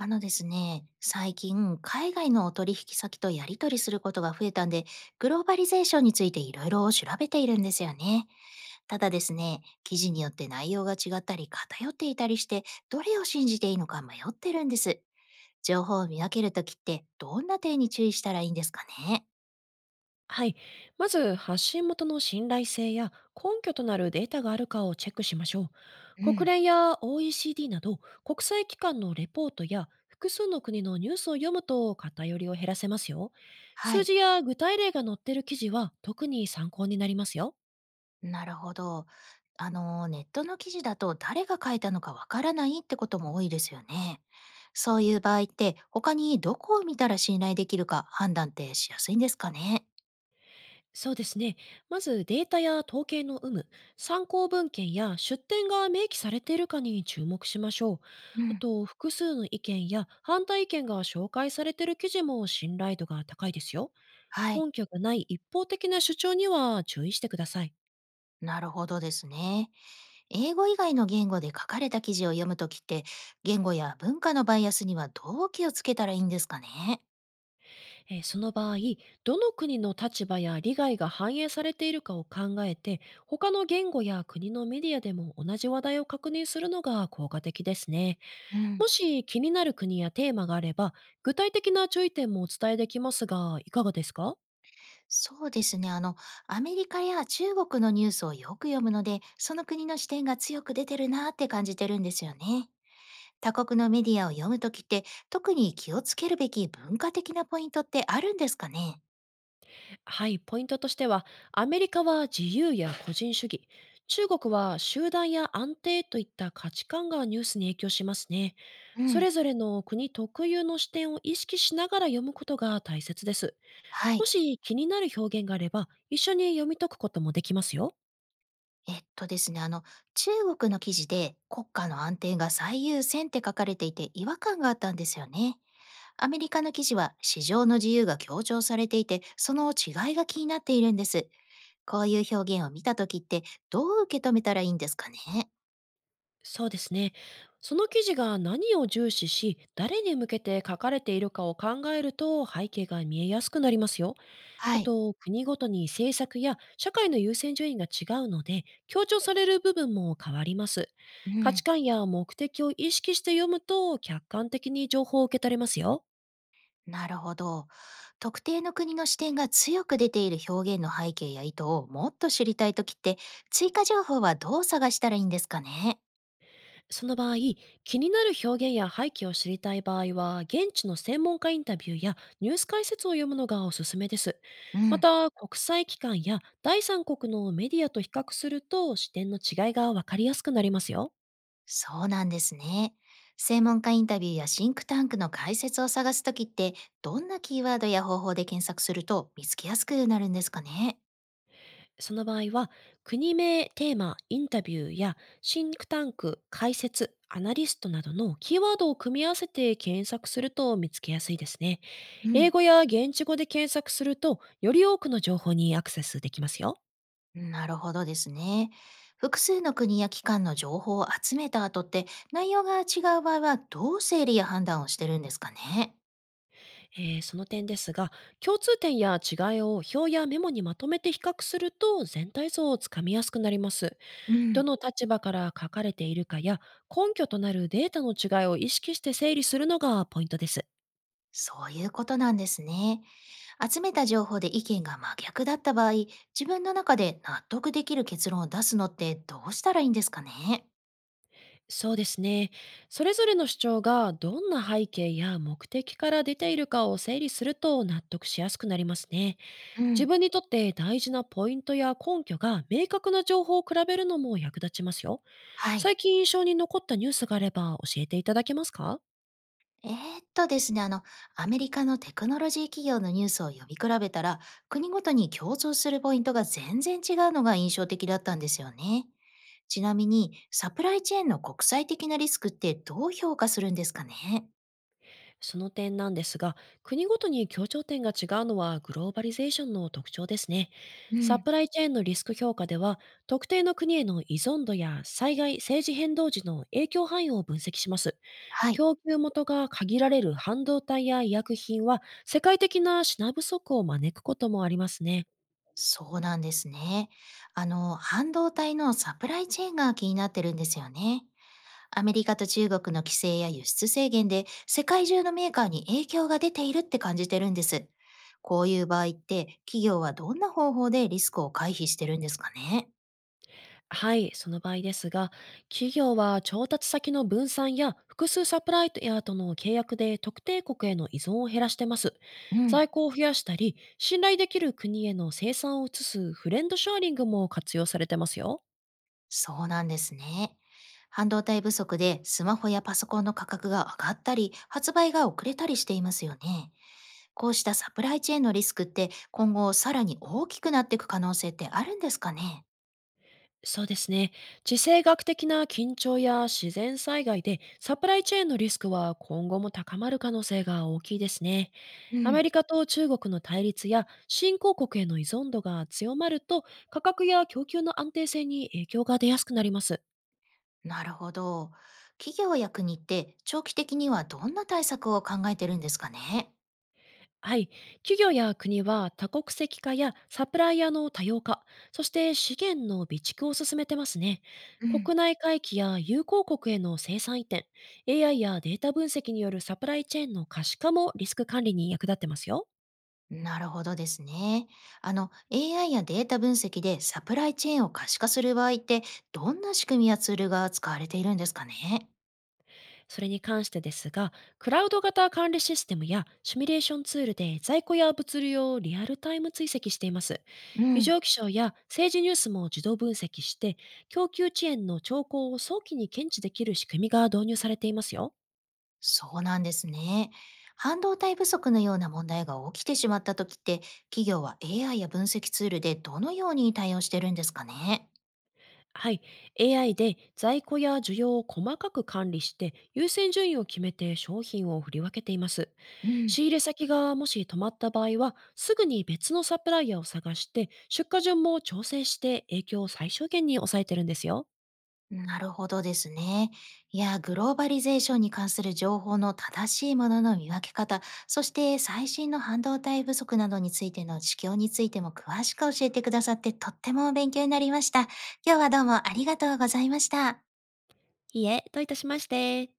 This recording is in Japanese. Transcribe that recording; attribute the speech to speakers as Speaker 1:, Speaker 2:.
Speaker 1: あのですね、最近、海外のお取引先とやり取りすることが増えたんで、グローバリゼーションについていろいろ調べているんですよね。ただですね、記事によって内容が違ったり偏っていたりして、どれを信じていいのか迷ってるんです。情報を見分けるときって、どんな点に注意したらいいんですかね？
Speaker 2: はい。まず、発信元の信頼性や根拠となるデータがあるかをチェックしましょ
Speaker 1: う
Speaker 2: う。国
Speaker 1: ん。
Speaker 2: 連や OECD など国際機関のレポートや複数の国のニュースを読むと偏りを減らせますよ。
Speaker 1: は
Speaker 2: 数
Speaker 1: い。
Speaker 2: 字や具体例が載っている記事は特に参考になりますよ。
Speaker 1: なるほど。あの、ネットの記事だと誰が書いたのかわからないってことも多いですよね。そういう場合って他にどこを見たら信頼できるか判断ってしやすいんですかね？
Speaker 2: そうですね。まずデータや統計の有無、参考文献や出典が明記されているかに注目しましょう。
Speaker 1: う
Speaker 2: あ
Speaker 1: ん。
Speaker 2: と、複数の意見や反対意見が紹介されている記事も信頼度が高いですよ。
Speaker 1: はい。
Speaker 2: 根拠がない一方的な主張には注意してください。
Speaker 1: なるほどですね。英語以外の言語で書かれた記事を読むときって言語や文化のバイアスにはどう気をつけたらいいんですかね？
Speaker 2: その場合、どの国の立場や利害が反映されているかを考えて、他の言語や国のメディアでも同じ話題を確認するのが効果的ですね。
Speaker 1: うん。
Speaker 2: もし気になる国やテーマがあれば、具体的な注意点もお伝えできますが、いかがですか？
Speaker 1: そうですね。あの、アメリカや中国のニュースをよく読むので、その国の視点が強く出てるなって感じてるんですよね。他国のメディアを読むときって、特に気をつけるべき文化的なポイントってあるんですかね？
Speaker 2: はい、ポイントとしては、アメリカは自由や個人主義、中国は集団や安定といった価値観がニュースに影響しますね。
Speaker 1: う
Speaker 2: そ
Speaker 1: ん、
Speaker 2: れぞれの国特有の視点を意識しながら読むことが大切です。
Speaker 1: は
Speaker 2: も
Speaker 1: い。
Speaker 2: し気になる表現があれば、一緒に読み解くこともできますよ。
Speaker 1: えっとですね、あの、中国の記事で国家の安定が最優先って書かれていて違和感があったんですよね。アメリカの記事は市場の自由が強調されていて、その違いが気になっているんです。こういう表現を見た時ってどう受け止めたらいいんですかね？
Speaker 2: そうですね。その記事が何を重視し、誰に向けて書かれているかを考えると背景が見えやすくなりますよ。あ
Speaker 1: はい。
Speaker 2: と、国ごとに政策や社会の優先順位が違うので、強調される部分も変わります。
Speaker 1: う
Speaker 2: 価値
Speaker 1: ん、
Speaker 2: 観や目的を意識して読むと客観的に情報を受け取れますよ。
Speaker 1: なるほど。特定の国の視点が強く出ている表現の背景や意図をもっと知りたいときって、追加情報はどう探したらいいんですかね？
Speaker 2: その場合、気になる表現や背景を知りたい場合は、現地の専門家インタビューやニュース解説を読むのがおすすめです。
Speaker 1: う
Speaker 2: ま
Speaker 1: ん、
Speaker 2: た、国際機関や第三国のメディアと比較すると、視点の違いがわかりやすくなりますよ。
Speaker 1: そうなんですね。専門家インタビューやシンクタンクの解説を探すときって、どんなキーワードや方法で検索すると見つけやすくなるんですかね？
Speaker 2: その場合は、国名、テーマ、インタビューや、シンクタンク、解説、アナリストなどのキーワードを組み合わせて検索すると見つけやすいですね。
Speaker 1: う
Speaker 2: 英
Speaker 1: ん。
Speaker 2: 語や現地語で検索すると、より多くの情報にアクセスできますよ。
Speaker 1: なるほどですね。複数の国や機関の情報を集めた後って内容が違う場合はどう整理や判断をしてるんですかね？
Speaker 2: その点ですが、共通点や違いを表やメモにまとめて比較すると全体像をつかみやすくなります。
Speaker 1: う
Speaker 2: ど
Speaker 1: ん、
Speaker 2: の立場から書かれているかや根拠となるデータの違いを意識して整理するのがポイントです。
Speaker 1: そういうことなんですね。集めた情報で意見が真逆だった場合、自分の中で納得できる結論を出すのってどうしたらいいんですかね？
Speaker 2: そうですね。それぞれの主張がどんな背景や目的から出ているかを整理すると納得しやすくなりますね。
Speaker 1: う
Speaker 2: 自
Speaker 1: ん。
Speaker 2: 分にとって大事なポイントや根拠が明確な情報を比べるのも役立ちますよ。
Speaker 1: はい。
Speaker 2: 最近印象に残ったニュースがあれば教えていただけますか？
Speaker 1: えーですね、あの、アメリカのテクノロジー企業のニュースを読み比べたら、国ごとに共通するポイントが全然違うのが印象的だったんですよね。ちなみに、サプライチェーンの国際的なリスクってどう評価するんですかね？
Speaker 2: その点なんですが、国ごとに協調点が違うのはグローバリゼーションの特徴ですね。
Speaker 1: う
Speaker 2: サ
Speaker 1: ん、
Speaker 2: プライチェーンのリスク評価では、特定の国への依存度や災害、政治変動時の影響範囲を分析します。
Speaker 1: はい、
Speaker 2: 供給元が限られる半導体や医薬品は、世界的な品不足を招くこともありますね。
Speaker 1: そうなんですね。あの、半導体のサプライチェーンが気になってるんですよね。アメリカと中国の規制や輸出制限で世界中のメーカーに影響が出ているって感じてるんです。こういう場合って企業はどんな方法でリスクを回避してるんですかね？
Speaker 2: はい、その場合ですが、企業は調達先の分散や複数サプライヤーとの契約で特定国への依存を減らしてます。
Speaker 1: う
Speaker 2: 在
Speaker 1: ん、
Speaker 2: 庫を増やしたり、信頼できる国への生産を移すフレンドショアリングも活用されてますよ。
Speaker 1: そうなんですね。半導体不足でスマホやパソコンの価格が上がったり発売が遅れたりしていますよね。こうしたサプライチェーンのリスクって今後さらに大きくなっていく可能性ってあるんですかね？
Speaker 2: そうですね。地政学的な緊張や自然災害でサプライチェーンのリスクは今後も高まる可能性が大きいですね。
Speaker 1: う
Speaker 2: アメ
Speaker 1: ん。
Speaker 2: リカと中国の対立や新興国への依存度が強まると、価格や供給の安定性に影響が出やすくなります。
Speaker 1: なるほど。企業や国って長期的にはどんな対策を考えてるんですかね？
Speaker 2: はい。企業や国は多国籍化やサプライヤーの多様化、そして資源の備蓄を進めてますね。
Speaker 1: うん、
Speaker 2: 国内回帰や友好国への生産移転、AI やデータ分析によるサプライチェーンの可視化もリスク管理に役立ってますよ。
Speaker 1: なるほどですね。あの、AI やデータ分析でサプライチェーンを可視化する場合って、どんな仕組みやツールが使われているんですかね？
Speaker 2: それに関してですが、クラウド型管理システムやシミュレーションツールで在庫や物流をリアルタイム追跡しています。
Speaker 1: う
Speaker 2: 異
Speaker 1: ん、
Speaker 2: 常気象や政治ニュースも自動分析して、供給遅延の兆候を早期に検知できる仕組みが導入されていますよ。
Speaker 1: そうなんですね。半導体不足のような問題が起きてしまった時って、企業は AI や分析ツールでどのように対応してるんですかね？
Speaker 2: はい。AI で在庫や需要を細かく管理して、優先順位を決めて商品を振り分けています。
Speaker 1: う
Speaker 2: 仕
Speaker 1: ん。
Speaker 2: 入れ先がもし止まった場合は、すぐに別のサプライヤーを探して、出荷順も調整して影響を最小限に抑えてるんですよ。
Speaker 1: なるほどですね。いや、グローバリゼーションに関する情報の正しいものの見分け方、そして最新の半導体不足などについての指標についても詳しく教えてくださってとっても勉強になりました。今日はどうもありがとうございました。
Speaker 2: いいえ、どういたしまして。